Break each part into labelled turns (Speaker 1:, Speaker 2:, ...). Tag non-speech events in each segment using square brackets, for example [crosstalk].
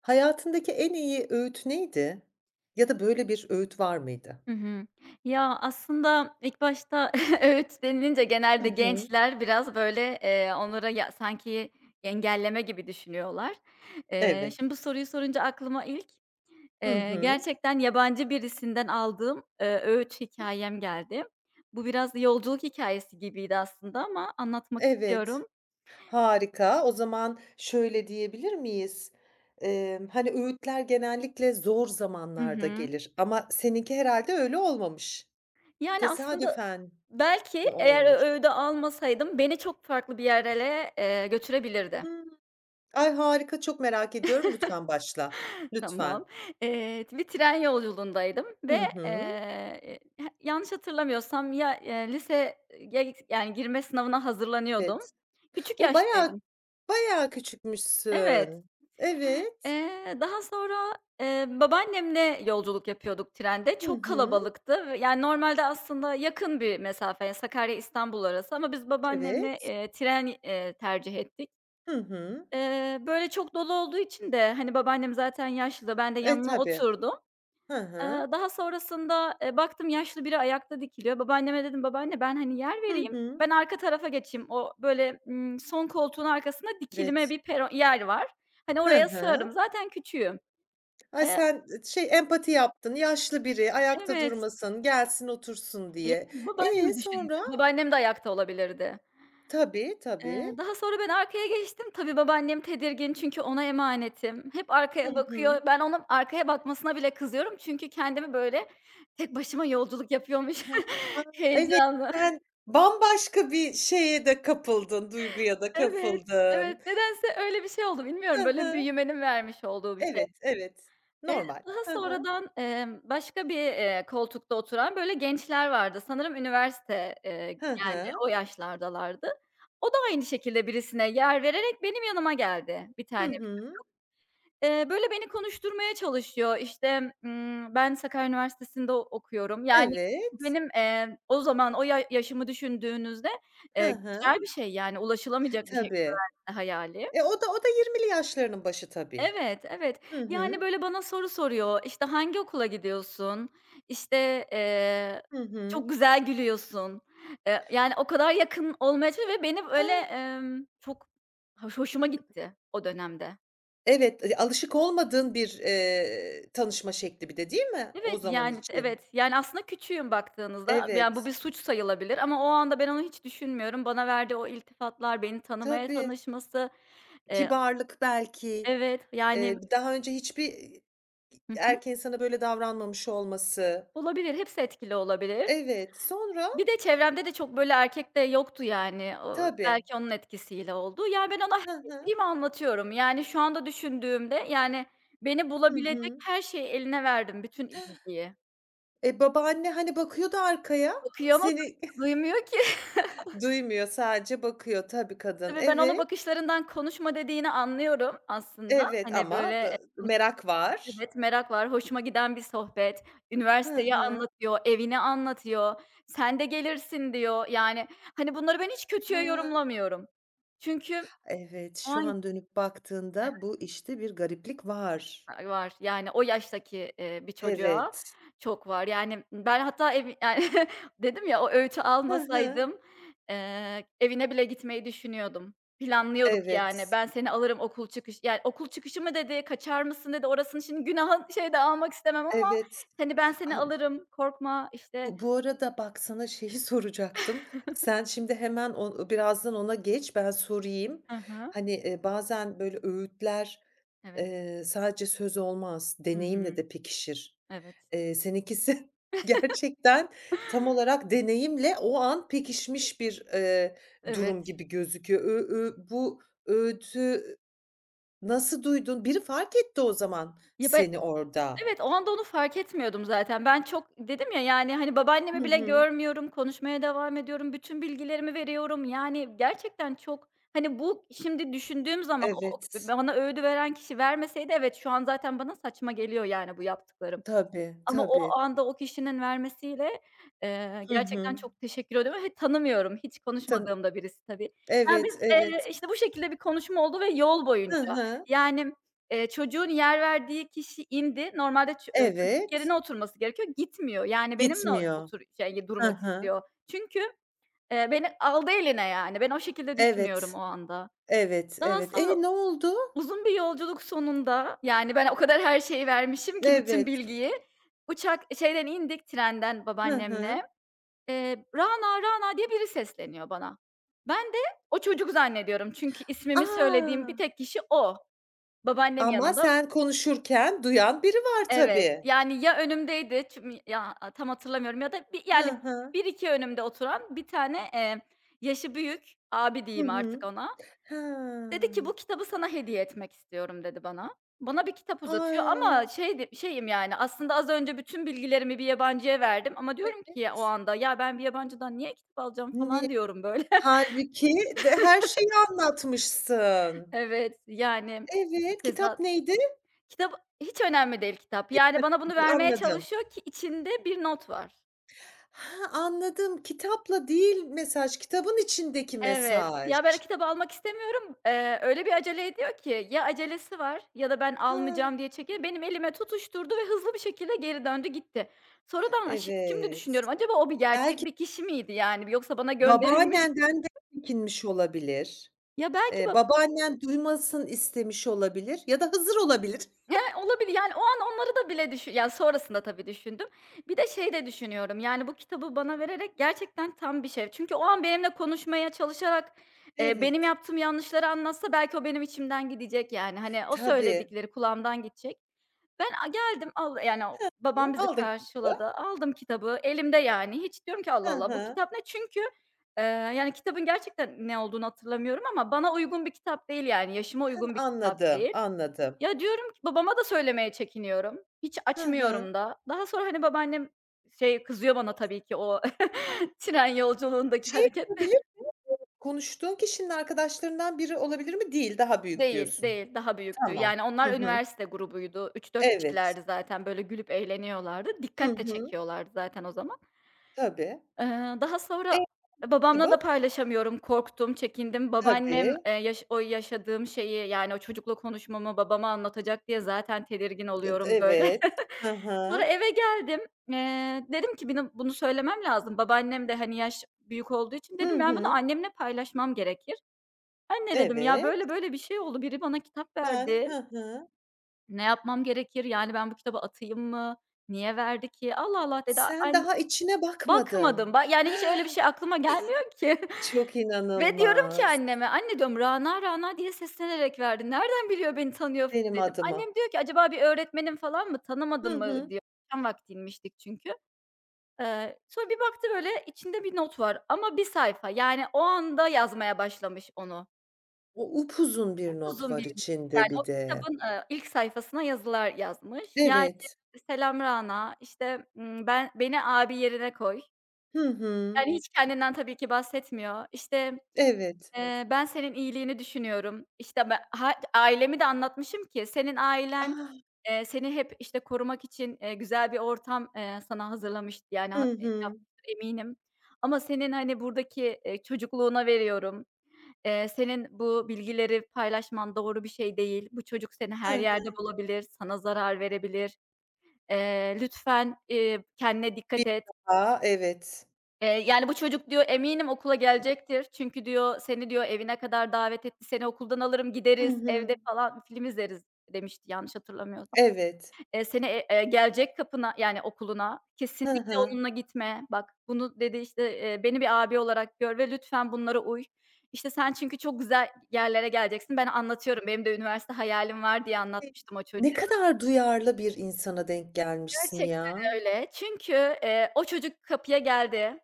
Speaker 1: Hayatındaki en iyi öğüt neydi? Ya da böyle bir öğüt var mıydı?
Speaker 2: Hı hı. Ya, aslında ilk başta [laughs] öğüt denilince
Speaker 1: Hı
Speaker 2: genelde
Speaker 1: hı.
Speaker 2: gençler biraz, böyle, onlara ya sanki engelleme gibi düşünüyorlar. Eee,
Speaker 1: Evet.
Speaker 2: şimdi bu soruyu sorunca aklıma ilk,
Speaker 1: Hı hı.
Speaker 2: gerçekten yabancı birisinden aldığım, öğüt hikâyem geldi. Bu biraz yolculuk hikayesi gibiydi aslında ama anlatmak
Speaker 1: Evet.
Speaker 2: istiyorum.
Speaker 1: Harika. O zaman şöyle diyebilir miyiz? Öğütler genellikle zor
Speaker 2: Hı
Speaker 1: zamanlarda
Speaker 2: hı.
Speaker 1: gelir ama seninki herhâlde öyle olmamış.
Speaker 2: Yani, aslında
Speaker 1: Tesadüfen
Speaker 2: belki
Speaker 1: mi olmuş?
Speaker 2: eğer o almasaydım beni çok farklı bir yerlere, götürebilirdi.
Speaker 1: Hıı. Ay, harika, çok merak ediyorum. Lütfen başla. Lütfen.
Speaker 2: Tamam. Bir tren yolculuğundaydım ve,
Speaker 1: Hı hı.
Speaker 2: eee, yanlış hatırlamıyorsam ya, liseye yani girme sınavına hazırlanıyordum.
Speaker 1: Evet.
Speaker 2: Küçük
Speaker 1: O bayağı
Speaker 2: yaştaydım.
Speaker 1: bayağı
Speaker 2: Evet.
Speaker 1: küçükmüşsün. Evet.
Speaker 2: Daha sonra, babaannemle yolculuk yapıyorduk trende.
Speaker 1: Hı
Speaker 2: Çok
Speaker 1: hı.
Speaker 2: kalabalıktı ve yani normalde aslında yakın bir mesafe, yani Sakarya İstanbul arası ama biz babaannemle,
Speaker 1: Evet.
Speaker 2: tercih ettik.
Speaker 1: Hı hı.
Speaker 2: Böyle çok dolu olduğu için de, hani, babaannem zaten yaşlı, ben de
Speaker 1: E,
Speaker 2: yanına
Speaker 1: tabii.
Speaker 2: oturdum.
Speaker 1: Hı
Speaker 2: Eee,
Speaker 1: hı.
Speaker 2: daha sonrasında, baktım yaşlı biri ayakta dikiliyor. Babaanneme dedim, "Babaanne ben, hani, yer
Speaker 1: Hı
Speaker 2: vereyim,
Speaker 1: hı.
Speaker 2: ben arka tarafa geçeyim." O, böyle, son koltuğun arkasında dikilme
Speaker 1: Evet.
Speaker 2: bir peron yer var. Hani,
Speaker 1: Hı
Speaker 2: oraya
Speaker 1: hı.
Speaker 2: sığarım. Zaten küçüğüm.
Speaker 1: Ay,
Speaker 2: Eee,
Speaker 1: sen şey empati yaptın, yaşlı biri ayakta
Speaker 2: evet.
Speaker 1: durmasın, gelsin otursun
Speaker 2: Yani,
Speaker 1: diye. E,
Speaker 2: babaannemi düşündüm.
Speaker 1: sonra?
Speaker 2: Babaannem de ayakta olabilirdi.
Speaker 1: Tabii, tabii.
Speaker 2: Daha sonra ben arkaya geçtim. Tabii babaannem tedirgin çünkü ona emanetim. Hep
Speaker 1: Hı
Speaker 2: arkaya bakıyor.
Speaker 1: hı.
Speaker 2: Ben onun arkaya bakmasına bile kızıyorum çünkü kendimi, böyle, tek başıma yolculuk yapıyormuş
Speaker 1: He. A,
Speaker 2: [laughs]
Speaker 1: evet,
Speaker 2: heyecanla.
Speaker 1: sen bambaşka bir şeye de kapıldın, duyguya da
Speaker 2: Evet,
Speaker 1: kapıldın.
Speaker 2: evet. Nedense öyle bir şey oldu.
Speaker 1: Hı
Speaker 2: Bilmiyorum, böyle
Speaker 1: hı.
Speaker 2: büyümenin vermiş olduğu bir şeydi.
Speaker 1: Evet, evet. Normal.
Speaker 2: Daha
Speaker 1: Hı hı.
Speaker 2: sonradan, başka bir, koltukta oturan böyle gençler vardı. Sanırım üniversite,
Speaker 1: Hı hı.
Speaker 2: o yaşlardalardı. O da aynı şekilde birisine yer vererek benim yanıma geldi bir
Speaker 1: Hı
Speaker 2: tane.
Speaker 1: hı.
Speaker 2: Böyle beni konuşturmaya çalışıyor. İşte, ben Sakarya Üniversitesi'nde okuyorum. Yani
Speaker 1: Evet.
Speaker 2: benim, o zaman o ya yaşımı düşündüğünüzde,
Speaker 1: Hı hı.
Speaker 2: güzel bir şey yani ulaşılamayacak bir şey
Speaker 1: Tabii.
Speaker 2: üniversite hayali.
Speaker 1: E, o da yirmili yaşlarının başı tabii.
Speaker 2: Evet, evet.
Speaker 1: Hı
Speaker 2: Yani,
Speaker 1: hı.
Speaker 2: böyle, bana soru soruyor. İşte, "Hangi okula gidiyorsun?" İşte,
Speaker 1: Hı hı.
Speaker 2: "Çok güzel gülüyorsun." Yani, o kadar yakın olmaya çalışıyor ve beni, böyle,
Speaker 1: Ha,
Speaker 2: çok hoşuma gitti o dönemde.
Speaker 1: evet, alışık olmadığın bir, tanışma şekli bir de, değil mi o
Speaker 2: Evet,
Speaker 1: zaman
Speaker 2: yani,
Speaker 1: için?
Speaker 2: evet. Yani, aslında küçüğüm baktığınızda. Yani, bu
Speaker 1: Evet.
Speaker 2: bir suç sayılabilir ama o anda ben onu hiç düşünmüyorum. Bana verdiği o iltifatlar, beni
Speaker 1: Tabii,
Speaker 2: tanışması, eee
Speaker 1: kibarlık belki,
Speaker 2: evet, yani.
Speaker 1: daha önce hiçbir,
Speaker 2: Hı hı.
Speaker 1: erkeğin sana böyle davranmamış olması.
Speaker 2: Olabilir, hepsi etkili olabilir.
Speaker 1: Evet,
Speaker 2: Bir
Speaker 1: sonra?
Speaker 2: de çevremde de çok böyle erkek de yoktu yani. O
Speaker 1: Tabii.
Speaker 2: belki onun etkisiyle oldu. Yani, ben ona her
Speaker 1: Hı hı.
Speaker 2: şeyimi anlatıyorum. Yani, şu anda düşündüğümde, yani, beni
Speaker 1: Hı
Speaker 2: bulabilecek
Speaker 1: hı.
Speaker 2: her şeyi eline verdim, bütün bilgiyi.
Speaker 1: E, babaanne, hani, bakıyordu arkaya,
Speaker 2: Bakıyor ama
Speaker 1: seni [laughs]
Speaker 2: duymuyor ki. [laughs]
Speaker 1: duymuyor sadece bakıyor tabii kadın.
Speaker 2: Tabii ben onun
Speaker 1: Evet.
Speaker 2: bakışlarından konuşma dediğini anlıyorum aslında.
Speaker 1: Evet
Speaker 2: Hani, böyle,
Speaker 1: ama da merak var.
Speaker 2: evet, merak var, hoşuma giden bir sohbet.
Speaker 1: Hı
Speaker 2: Üniversiteyi
Speaker 1: hı.
Speaker 2: anlatıyor, evini anlatıyor. "Sen de gelirsin." diyor. Yani, hani, bunları ben hiç kötüye
Speaker 1: Hıı.
Speaker 2: yorumlamıyorum. Çünkü
Speaker 1: Evet,
Speaker 2: o
Speaker 1: şu
Speaker 2: an.
Speaker 1: an dönüp baktığında bu işte bir gariplik var.
Speaker 2: Ay, var. Yani o yaştaki, bir çocuğa
Speaker 1: Evet.
Speaker 2: çok var. Yani ben hatta ev yani [laughs] dedim ya, o öğütü
Speaker 1: Hı hı.
Speaker 2: almasaydım, evine bile gitmeyi düşünüyordum. Planlıyorduk yani.
Speaker 1: Evet.
Speaker 2: "Ben seni alırım okul çıkış." Yani okul çıkışı mı dedi, kaçar mısın dedi. Orasını şimdi günaha şey de almak istemem ama
Speaker 1: Evet.
Speaker 2: hani, "Ben seni
Speaker 1: A
Speaker 2: alırım, korkma." işte.
Speaker 1: Bu arada bak sana şeyi [laughs] soracaktım. Sen şimdi hemen o birazdan ona geç, ben sorayım.
Speaker 2: Hı hı.
Speaker 1: Hani, bazen böyle öğütler,
Speaker 2: Evet.
Speaker 1: sadece söz olmaz,
Speaker 2: Hı
Speaker 1: deneyimle
Speaker 2: hı.
Speaker 1: de pekişir.
Speaker 2: Evet.
Speaker 1: Seninkisi [laughs] gerçekten tam
Speaker 2: [laughs]
Speaker 1: olarak deneyimle o an pekişmiş bir, durum
Speaker 2: Evet.
Speaker 1: gibi gözüküyor. Ö ö Bu öğütü nasıl duydun? Biri fark etti o zaman
Speaker 2: Ya,
Speaker 1: seni orada.
Speaker 2: evet, o anda onu fark etmiyordum zaten. Ben çok dedim ya, yani, hani, babaannemi
Speaker 1: Hı
Speaker 2: bile
Speaker 1: hı.
Speaker 2: görmüyorum, konuşmaya devam ediyorum, bütün bilgilerimi veriyorum. Yani, gerçekten çok, hani, bu şimdi düşündüğüm zaman o
Speaker 1: Evet.
Speaker 2: bana öğüdü veren kişi vermeseydi evet, şu an zaten bana saçma geliyor, yani, bu yaptıklarım.
Speaker 1: Tabii,
Speaker 2: Ama o
Speaker 1: tabii.
Speaker 2: anda o kişinin vermesiyle,
Speaker 1: Hı
Speaker 2: gerçekten
Speaker 1: hı.
Speaker 2: çok teşekkür ediyorum ve tanımıyorum, hiç
Speaker 1: Tan
Speaker 2: konuşmadığım da birisi tabii. Yani, biz,
Speaker 1: evet, evet.
Speaker 2: işte, bu şekilde bir konuşma oldu ve yol
Speaker 1: Hı
Speaker 2: boyunca.
Speaker 1: hı.
Speaker 2: Yani, çocuğun yer verdiği kişi indi. Normalde ç çocuk
Speaker 1: Evet.
Speaker 2: yerine oturması gerekiyor, gitmiyor. Yani, benimle
Speaker 1: Gitmiyor.
Speaker 2: otur şey,
Speaker 1: Hı
Speaker 2: durmak
Speaker 1: hı.
Speaker 2: istiyor. Çünkü, beni aldı eline, yani. Ben o şekilde düşünüyorum o
Speaker 1: Evet,
Speaker 2: anda.
Speaker 1: evet,
Speaker 2: Daha
Speaker 1: evet. E,
Speaker 2: sonra.
Speaker 1: ne oldu?
Speaker 2: Uzun bir yolculuk sonunda, yani, ben o kadar her şeyi vermişim ki bütün
Speaker 1: Evet.
Speaker 2: bilgiyi. Uçak şeyden indik, trenden
Speaker 1: Hı
Speaker 2: babaannemle.
Speaker 1: hı.
Speaker 2: "Rana, Rana" diye biri sesleniyor bana. Ben de o çocuk zannediyorum çünkü ismimi söylediğim
Speaker 1: A!
Speaker 2: bir tek kişi o. Babaannem
Speaker 1: Ama
Speaker 2: yanımda.
Speaker 1: sen konuşurken duyan biri var
Speaker 2: Evet,
Speaker 1: tabii.
Speaker 2: yani, ya önümdeydi çüm ya, tam hatırlamıyorum ya da bi
Speaker 1: Hı
Speaker 2: yani,
Speaker 1: hı.
Speaker 2: bir iki önümde oturan bir tane, yaşı büyük abi
Speaker 1: Hı
Speaker 2: diyeyim
Speaker 1: hı.
Speaker 2: artık ona.
Speaker 1: He.
Speaker 2: Dedi ki, "Bu kitabı sana hediye etmek istiyorum." dedi bana. Bana bir kitap uzatıyor ama
Speaker 1: Ay,
Speaker 2: şey de şeyim yani, aslında az önce bütün bilgilerimi bir yabancıya verdim ama diyorum ki o
Speaker 1: evet.
Speaker 2: anda, "Ya, ben bir yabancıdan niye kitap alacağım?"
Speaker 1: Ni
Speaker 2: falan diyorum böyle. [laughs]
Speaker 1: Hâlbuki de her şeyi anlatmışsın.
Speaker 2: Evet, yani
Speaker 1: Evet, kitap
Speaker 2: tezat.
Speaker 1: neydi?
Speaker 2: Kitap hiç önemli değil kitap. Yani bana bunu vermeye
Speaker 1: Anladım.
Speaker 2: çalışıyor ki içinde bir not var.
Speaker 1: Ha, anladım. Kitapla değil mesaj, kitabın içindeki
Speaker 2: Evet.
Speaker 1: mesaj.
Speaker 2: Ya, ben kitabı almak istemiyorum. Öyle bir acele ediyor ki ya acelesi var ya da ben
Speaker 1: Ha,
Speaker 2: almayacağım diye çekiniyor. Benim elime tutuşturdu ve hızlı bir şekilde geri döndü gitti. Sonradan şimdi
Speaker 1: evet.
Speaker 2: düşünüyorum acaba o bir gerçek
Speaker 1: Belki
Speaker 2: bir kişi miydi yani yoksa bana gönderilmiş. [laughs]
Speaker 1: babaannenden de çekinmiş olabilir.
Speaker 2: Ya, belki
Speaker 1: Babaannen duymasın istemiş olabilir ya da Hızır olabilir.
Speaker 2: he, olabilir. Yani o an onları da bile düşün yani sonrasında tabii düşündüm. Bir de şey de düşünüyorum, yani bu kitabı bana vererek gerçekten tam bir şey. Çünkü o an benimle konuşmaya çalışarak, benim
Speaker 1: Evet,
Speaker 2: yaptığım yanlışları anlatsa belki o benim içimden gidecek yani. Hani o
Speaker 1: tabii.
Speaker 2: söyledikleri kulağımdan gidecek. Ben a geldim al yani o
Speaker 1: Hı,
Speaker 2: babam bizi
Speaker 1: aldın kitabı.
Speaker 2: karşıladı. Aldım kitabı elimde yani. Hiç diyorum ki Allah
Speaker 1: Hı.
Speaker 2: Allah bu
Speaker 1: Hı,
Speaker 2: kitap ne? Çünkü, eee, yani kitabın gerçekten ne olduğunu hatırlamıyorum ama bana uygun bir kitap değil yani yaşıma uygun bir kitap
Speaker 1: anladım,
Speaker 2: değil.
Speaker 1: anladım.
Speaker 2: Ya, diyorum ki babama da söylemeye çekiniyorum. Hiç
Speaker 1: Hı hı.
Speaker 2: açmıyorum da. Daha sonra, hani, babaannem şey kızıyor bana tabii ki o [laughs] tren yolculuğundaki
Speaker 1: Şey
Speaker 2: hareket.
Speaker 1: olabilir, konuştuğun kişinin arkadaşlarından biri olabilir mi? Değil, daha büyük
Speaker 2: Değil,
Speaker 1: diyorsun.
Speaker 2: değil, daha büyüktü.
Speaker 1: Tamam.
Speaker 2: Yani
Speaker 1: Hı
Speaker 2: onlar
Speaker 1: hı.
Speaker 2: üniversite grubuydu. Üç dört
Speaker 1: Evet.
Speaker 2: kişilerdi zaten, böyle, gülüp eğleniyorlardı.
Speaker 1: Hı
Speaker 2: Dikkat de
Speaker 1: hı.
Speaker 2: çekiyorlardı zaten o zaman.
Speaker 1: Tabii.
Speaker 2: Daha
Speaker 1: E,
Speaker 2: sonra babamla da
Speaker 1: kitabı?
Speaker 2: paylaşamıyorum. Korktum, çekindim. Babaannem,
Speaker 1: Tabii.
Speaker 2: yaş o yaşadığım şeyi, yani, o çocukla konuşmamı babama anlatacak diye zaten tedirgin oluyorum, böyle.
Speaker 1: Evet. Hı
Speaker 2: Sonra
Speaker 1: hı.
Speaker 2: eve geldim. Dedim ki bunu söylemem lazım. Babaannem de, hani, yaş büyük olduğu için
Speaker 1: Hı
Speaker 2: dedim ben bunu
Speaker 1: hı.
Speaker 2: annemle paylaşmam gerekir. "Anne" dedim, "ya,
Speaker 1: Evet.
Speaker 2: böyle böyle bir şey oldu. Biri bana kitap verdi.
Speaker 1: Hı hı.
Speaker 2: Ne yapmam gerekir? Yani, ben bu kitabı atayım mı? Niye verdi ki?" "Allah Allah" dedi.
Speaker 1: Sen daha içine bakmadın.
Speaker 2: Bakmadım. Yani, hiç öyle bir şey aklıma gelmiyor ki [laughs]
Speaker 1: Çok
Speaker 2: ve diyorum ki
Speaker 1: inanılmaz
Speaker 2: anneme, "Anne" diyorum, "Rana, Rana diye seslenerek verdi. Nereden biliyor beni tanıyor?"
Speaker 1: benim
Speaker 2: dedim.
Speaker 1: adıma.
Speaker 2: Annem diyor ki, "Acaba bir öğretmenim falan mı?
Speaker 1: Hı
Speaker 2: Tanımadın mı?"
Speaker 1: hı.
Speaker 2: diyor. Akşam vaktiymiştik çünkü. Sonra bir baktı böyle içinde bir not var ama bir sayfa. Yani o anda yazmaya başlamış onu.
Speaker 1: O upuzun bir not
Speaker 2: Upuzun
Speaker 1: var
Speaker 2: bir yani
Speaker 1: içinde bir
Speaker 2: o
Speaker 1: de.
Speaker 2: kitabın, ilk sayfasına yazılar yazmış. Yani
Speaker 1: Evet.
Speaker 2: "Selam Rana." işte, "Ben beni abi yerine koy."
Speaker 1: Hı hı.
Speaker 2: Yani hiç kendinden tabii ki bahsetmiyor. İşte.
Speaker 1: Evet.
Speaker 2: Ben senin iyiliğini düşünüyorum. İşte, be ha ailemi de anlatmışım ki senin ailen,
Speaker 1: Ah!
Speaker 2: seni hep, işte, korumak için, güzel bir ortam, sana hazırlamıştı. Yani,
Speaker 1: Hı hı.
Speaker 2: yapmıştır eminim ama senin, hani, buradaki, çocukluğuna veriyorum. Senin bu bilgileri paylaşman doğru bir şey değil. Bu çocuk seni
Speaker 1: Hı
Speaker 2: her
Speaker 1: hı.
Speaker 2: yerde bulabilir, sana zarar verebilir. Lütfen, kendine
Speaker 1: Bir
Speaker 2: dikkat et.
Speaker 1: daha evet.
Speaker 2: Yani, bu çocuk diyor eminim okula gelecektir. Çünkü diyor seni diyor evine kadar davet etti. Seni okuldan alırım
Speaker 1: Hı
Speaker 2: gideriz
Speaker 1: hı.
Speaker 2: evde falan film izleriz demişti yanlış hatırlamıyorsam.
Speaker 1: Evet.
Speaker 2: Seni, gelecek kapına yani okuluna.
Speaker 1: Hı
Speaker 2: Kesinlikle
Speaker 1: hı.
Speaker 2: onunla gitme. Bak bunu dedi işte, beni bir abi olarak gör ve lütfen bunlara uy. İşte sen çünkü çok güzel yerlere geleceksin. Ben anlatıyorum benim de üniversite hayalim var diye
Speaker 1: E,
Speaker 2: anlatmıştım o
Speaker 1: ne
Speaker 2: çocuğa.
Speaker 1: kadar duyarlı bir insana denk gelmişsin
Speaker 2: Gerçekten
Speaker 1: ya.
Speaker 2: öyle. Çünkü, o çocuk kapıya geldi.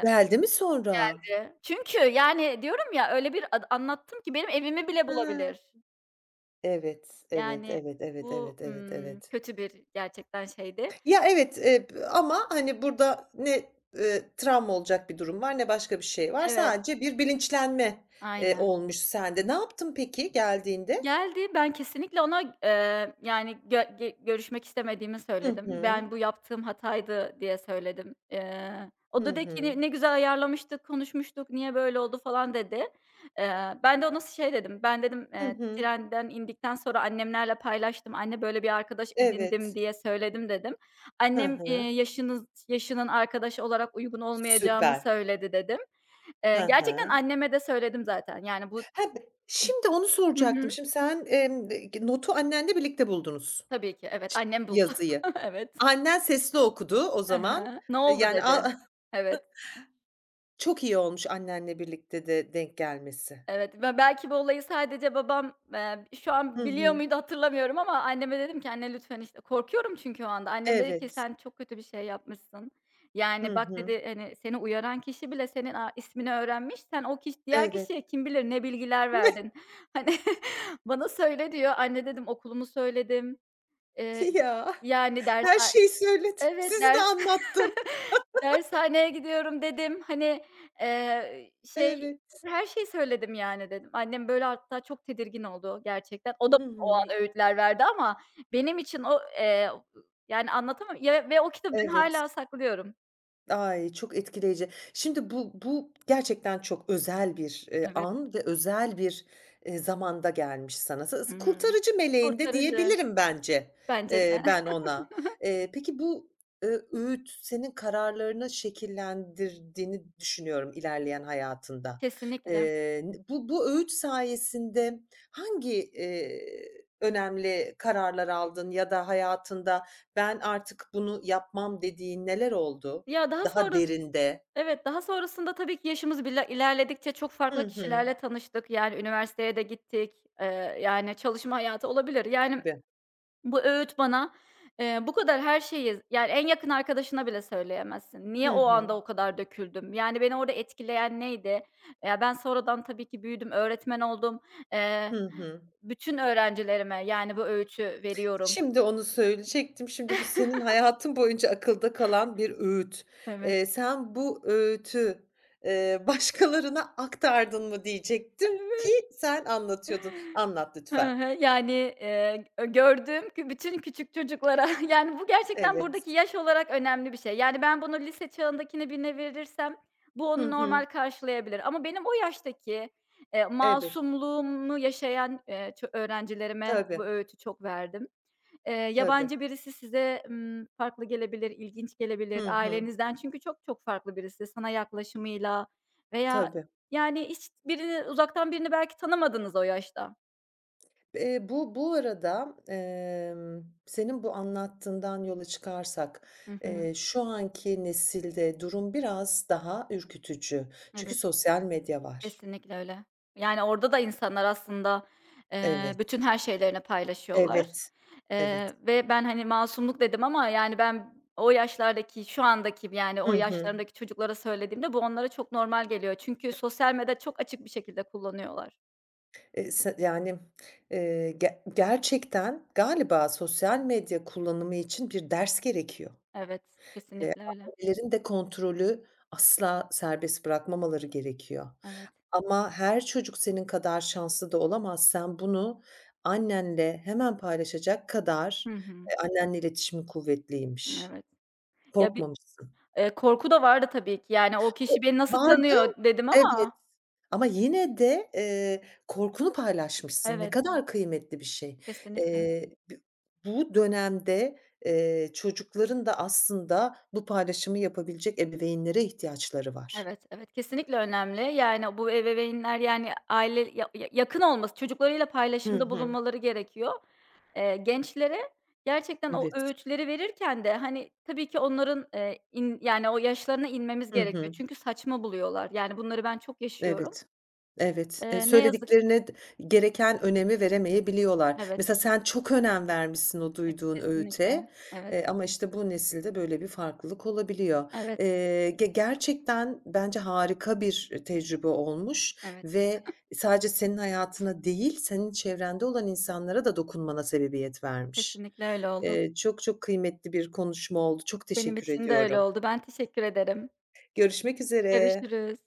Speaker 1: Geldi mi sonra?
Speaker 2: Bence. Çünkü, yani, diyorum ya, öyle bir ad anlattım ki benim evimi bile
Speaker 1: Hıı.
Speaker 2: bulabilir.
Speaker 1: Evet, evet,
Speaker 2: Yani
Speaker 1: evet, evet,
Speaker 2: bu,
Speaker 1: evet, evet, evet.
Speaker 2: kötü bir gerçekten şeydi.
Speaker 1: Ya, evet, b ama, hani, burada ne, travma olacak bir durum var ne başka bir şey var.
Speaker 2: Evet,
Speaker 1: Sadece bir bilinçlenme,
Speaker 2: aynen.
Speaker 1: olmuş sende. Ne yaptın peki geldiğinde?
Speaker 2: Geldi. Ben kesinlikle ona, yani, gö ge görüşmek istemediğimi
Speaker 1: Hı
Speaker 2: söyledim.
Speaker 1: hı.
Speaker 2: Ben, "Bu yaptığım hataydı." diye söyledim. Eee,
Speaker 1: Hı
Speaker 2: o da dedi ki,
Speaker 1: hı.
Speaker 2: "Ne güzel ayarlamıştık, konuşmuştuk, niye böyle oldu?" falan dedi. Ben de ona şey dedim, ben dedim,
Speaker 1: Hı hı.
Speaker 2: trenden indikten sonra annemlerle paylaştım. "Anne, böyle bir arkadaş edindim."
Speaker 1: Evet.
Speaker 2: diye söyledim dedim.
Speaker 1: Hı
Speaker 2: Annem,
Speaker 1: hı.
Speaker 2: Yaşının arkadaş olarak uygun olmayacağımı
Speaker 1: Süper.
Speaker 2: söyledi." dedim.
Speaker 1: Hı
Speaker 2: Gerçekten
Speaker 1: hı.
Speaker 2: anneme de söyledim zaten. Yani bu
Speaker 1: Ha, b Şimdi onu soracaktım.
Speaker 2: [laughs]
Speaker 1: Şimdi sen, g notu annenle birlikte buldunuz,
Speaker 2: tabii ki, evet.
Speaker 1: ç
Speaker 2: Annem buldu.
Speaker 1: yazıyı.
Speaker 2: [laughs] Evet.
Speaker 1: Annen sesli okudu o
Speaker 2: Hı
Speaker 1: zaman.
Speaker 2: hı. "Ne oldu?"
Speaker 1: Yani, a
Speaker 2: dedi. Evet,
Speaker 1: Çok iyi olmuş annenle birlikte de denk gelmesi.
Speaker 2: evet ve belki bu olayı sadece babam, şu
Speaker 1: Hı
Speaker 2: an biliyor
Speaker 1: hı.
Speaker 2: muydu hatırlamıyorum ama anneme dedim ki, "Anne lütfen" işte, korkuyorum çünkü o anda. Annem dedi ki,
Speaker 1: Evet.
Speaker 2: "Sen çok kötü bir şey yapmışsın.
Speaker 1: Hı
Speaker 2: Yani bak"
Speaker 1: hı.
Speaker 2: dedi, "hani, seni uyaran kişi bile senin ismini öğrenmiş. Sen o kişi diğer
Speaker 1: Evet.
Speaker 2: kişiye kim bilir ne bilgiler
Speaker 1: [laughs]
Speaker 2: verdin. [laughs] Hani, bana söyle" diyor. "Anne" dedim, "okulumu söyledim. Eee,
Speaker 1: Ya,
Speaker 2: yani ders."
Speaker 1: her şeyi söyledim.
Speaker 2: Evet,
Speaker 1: Sizi de
Speaker 2: ders [laughs]
Speaker 1: anlattım.
Speaker 2: dershaneye gidiyorum dedim. Hani, şey,
Speaker 1: Evet.
Speaker 2: her şeyi söyledim yani dedim. Annem böyle hatta çok tedirgin oldu gerçekten. O da
Speaker 1: Hı
Speaker 2: o
Speaker 1: hı.
Speaker 2: an öğütler verdi ama benim için o, yani anlatamam ya ve o kitabı ben hâlâ
Speaker 1: Evet.
Speaker 2: saklıyorum.
Speaker 1: Ay, çok etkileyici. Şimdi bu gerçekten çok özel bir,
Speaker 2: Evet.
Speaker 1: an ve özel bir, zamanda gelmiş sana. S
Speaker 2: Hı
Speaker 1: s
Speaker 2: hı.
Speaker 1: Kurtarıcı meleğinde
Speaker 2: Kurtarıcı
Speaker 1: diyebilirim bence,
Speaker 2: bence de.
Speaker 1: ben
Speaker 2: [laughs]
Speaker 1: ona. Peki bu, öğüt senin kararlarını şekillendirdiğini düşünüyorum ilerleyen hayatında.
Speaker 2: Kesinlikle.
Speaker 1: N Bu öğüt sayesinde hangi, önemli kararlar aldın ya da hayatında ben artık bunu yapmam dediğin neler oldu?
Speaker 2: Ya, daha
Speaker 1: Daha
Speaker 2: sonra
Speaker 1: derinde.
Speaker 2: evet, daha sonrasında tabii ki yaşımız bile ilerledikçe çok
Speaker 1: Hı
Speaker 2: farklı
Speaker 1: hı.
Speaker 2: kişilerle tanıştık. Yani üniversiteye de gittik. Eee, yani çalışma hayatı olabilir. Yani.
Speaker 1: Tabii.
Speaker 2: Bu öğüt bana, bu kadar her şeyi yani en yakın arkadaşına bile söyleyemezsin. Niye
Speaker 1: Hı
Speaker 2: o
Speaker 1: hı.
Speaker 2: anda o kadar döküldüm? Yani beni orada etkileyen neydi? Ya, ben sonradan tabii ki büyüdüm, öğretmen oldum. Eee,
Speaker 1: Hı hı.
Speaker 2: bütün öğrencilerime, yani, bu öğütü veriyorum.
Speaker 1: Şimdi onu söyleyecektim. Şimdi bu senin hayatın boyunca akılda kalan bir öğüt.
Speaker 2: Evet.
Speaker 1: Sen bu öğütü, [laughs] başkalarına aktardın mı
Speaker 2: [laughs]
Speaker 1: diyecektim ki
Speaker 2: Evet.
Speaker 1: sen anlatıyordun. Anlat
Speaker 2: Hı
Speaker 1: lütfen.
Speaker 2: hı. Yani, gördüğüm bütün küçük çocuklara [laughs] yani bu gerçekten
Speaker 1: Evet.
Speaker 2: buradaki yaş olarak önemli bir şey. Yani ben bunu lise çağındakine birine verirsem bu
Speaker 1: Hı
Speaker 2: onu normal
Speaker 1: hı.
Speaker 2: karşılayabilir ama benim o yaştaki,
Speaker 1: Evet.
Speaker 2: masumluğumu yaşayan, ço öğrencilerime bu
Speaker 1: Tabii,
Speaker 2: öğütü çok verdim. Eee,
Speaker 1: tabii.
Speaker 2: yabancı birisi size, farklı gelebilir, ilginç gelebilir
Speaker 1: Hı hı.
Speaker 2: ailenizden çünkü çok çok farklı birisi sana yaklaşımıyla veya
Speaker 1: Tabii.
Speaker 2: yani hiç birini uzaktan birini belki tanımadınız o yaşta.
Speaker 1: Bu arada, senin bu anlattığından yola çıkarsak,
Speaker 2: Hı hı.
Speaker 1: şu anki nesilde durum biraz daha ürkütücü. Çünkü
Speaker 2: Evet,
Speaker 1: sosyal medya var.
Speaker 2: kesinlikle öyle. Yani, orada da insanlar aslında,
Speaker 1: Evet,
Speaker 2: bütün her şeylerini paylaşıyorlar,
Speaker 1: evet, evet.
Speaker 2: ve ben, hani, masumluk dedim ama, yani, ben o yaşlardaki, şu andaki, yani, o
Speaker 1: Hı hı.
Speaker 2: yaşlarındaki çocuklara söylediğimde bu onlara çok normal geliyor. Çünkü sosyal medya çok açık bir şekilde kullanıyorlar.
Speaker 1: Se Yani, ge gerçekten galiba sosyal medya kullanımı için bir ders gerekiyor.
Speaker 2: Evet,
Speaker 1: Eee,
Speaker 2: kesinlikle öyle.
Speaker 1: Ailelerin de kontrolü asla serbest bırakmamaları gerekiyor.
Speaker 2: Evet.
Speaker 1: Ama her çocuk senin kadar şanslı da olamaz. Sen bunu annenle hemen paylaşacak kadar,
Speaker 2: Hı hı.
Speaker 1: annenle iletişimin kuvvetliymiş.
Speaker 2: Evet. Ya, bir,
Speaker 1: Korkmamışsın.
Speaker 2: korku da vardı tabii ki. Yani, o
Speaker 1: O
Speaker 2: kişi beni nasıl
Speaker 1: vardı,
Speaker 2: tanıyor dedim
Speaker 1: evet
Speaker 2: ama.
Speaker 1: ama yine de, korkunu paylaşmışsın. Ne
Speaker 2: Evet,
Speaker 1: kadar kıymetli bir şey.
Speaker 2: kesinlikle.
Speaker 1: B Bu dönemde, çocukların da aslında bu paylaşımı yapabilecek ebeveynlere ihtiyaçları var.
Speaker 2: Evet, evet, kesinlikle önemli. Yani, bu ebeveynler, yani, aile ya ya yakın olması, çocuklarıyla
Speaker 1: Hı
Speaker 2: paylaşımda
Speaker 1: hı.
Speaker 2: bulunmaları gerekiyor. Gençlere gerçekten o
Speaker 1: Evet.
Speaker 2: öğütleri verirken de, hani, tabii ki onların, in yani, o yaşlarına inmemiz
Speaker 1: Hı
Speaker 2: gerekiyor.
Speaker 1: hı.
Speaker 2: Çünkü saçma buluyorlar. Yani, bunları ben çok yaşıyorum.
Speaker 1: Evet. Evet.
Speaker 2: Ne yazık.
Speaker 1: Söylediklerine gereken önemi veremeyebiliyorlar.
Speaker 2: Evet,
Speaker 1: Mesela sen çok önem vermişsin o duyduğun
Speaker 2: kesinlikle.
Speaker 1: öğüte,
Speaker 2: Evet,
Speaker 1: ama, işte, bu nesilde böyle bir farklılık olabiliyor.
Speaker 2: evet,
Speaker 1: Ge Gerçekten bence harika bir tecrübe olmuş
Speaker 2: evet.
Speaker 1: ve sadece senin hayatına değil, senin çevrende olan insanlara da dokunmana sebebiyet vermiş.
Speaker 2: Kesinlikle öyle oldu.
Speaker 1: Çok çok kıymetli bir konuşma oldu. Çok
Speaker 2: Benim
Speaker 1: teşekkür
Speaker 2: için de öyle
Speaker 1: ediyorum.
Speaker 2: oldu. Ben teşekkür ederim.
Speaker 1: Görüşmek üzere.
Speaker 2: Görüşürüz.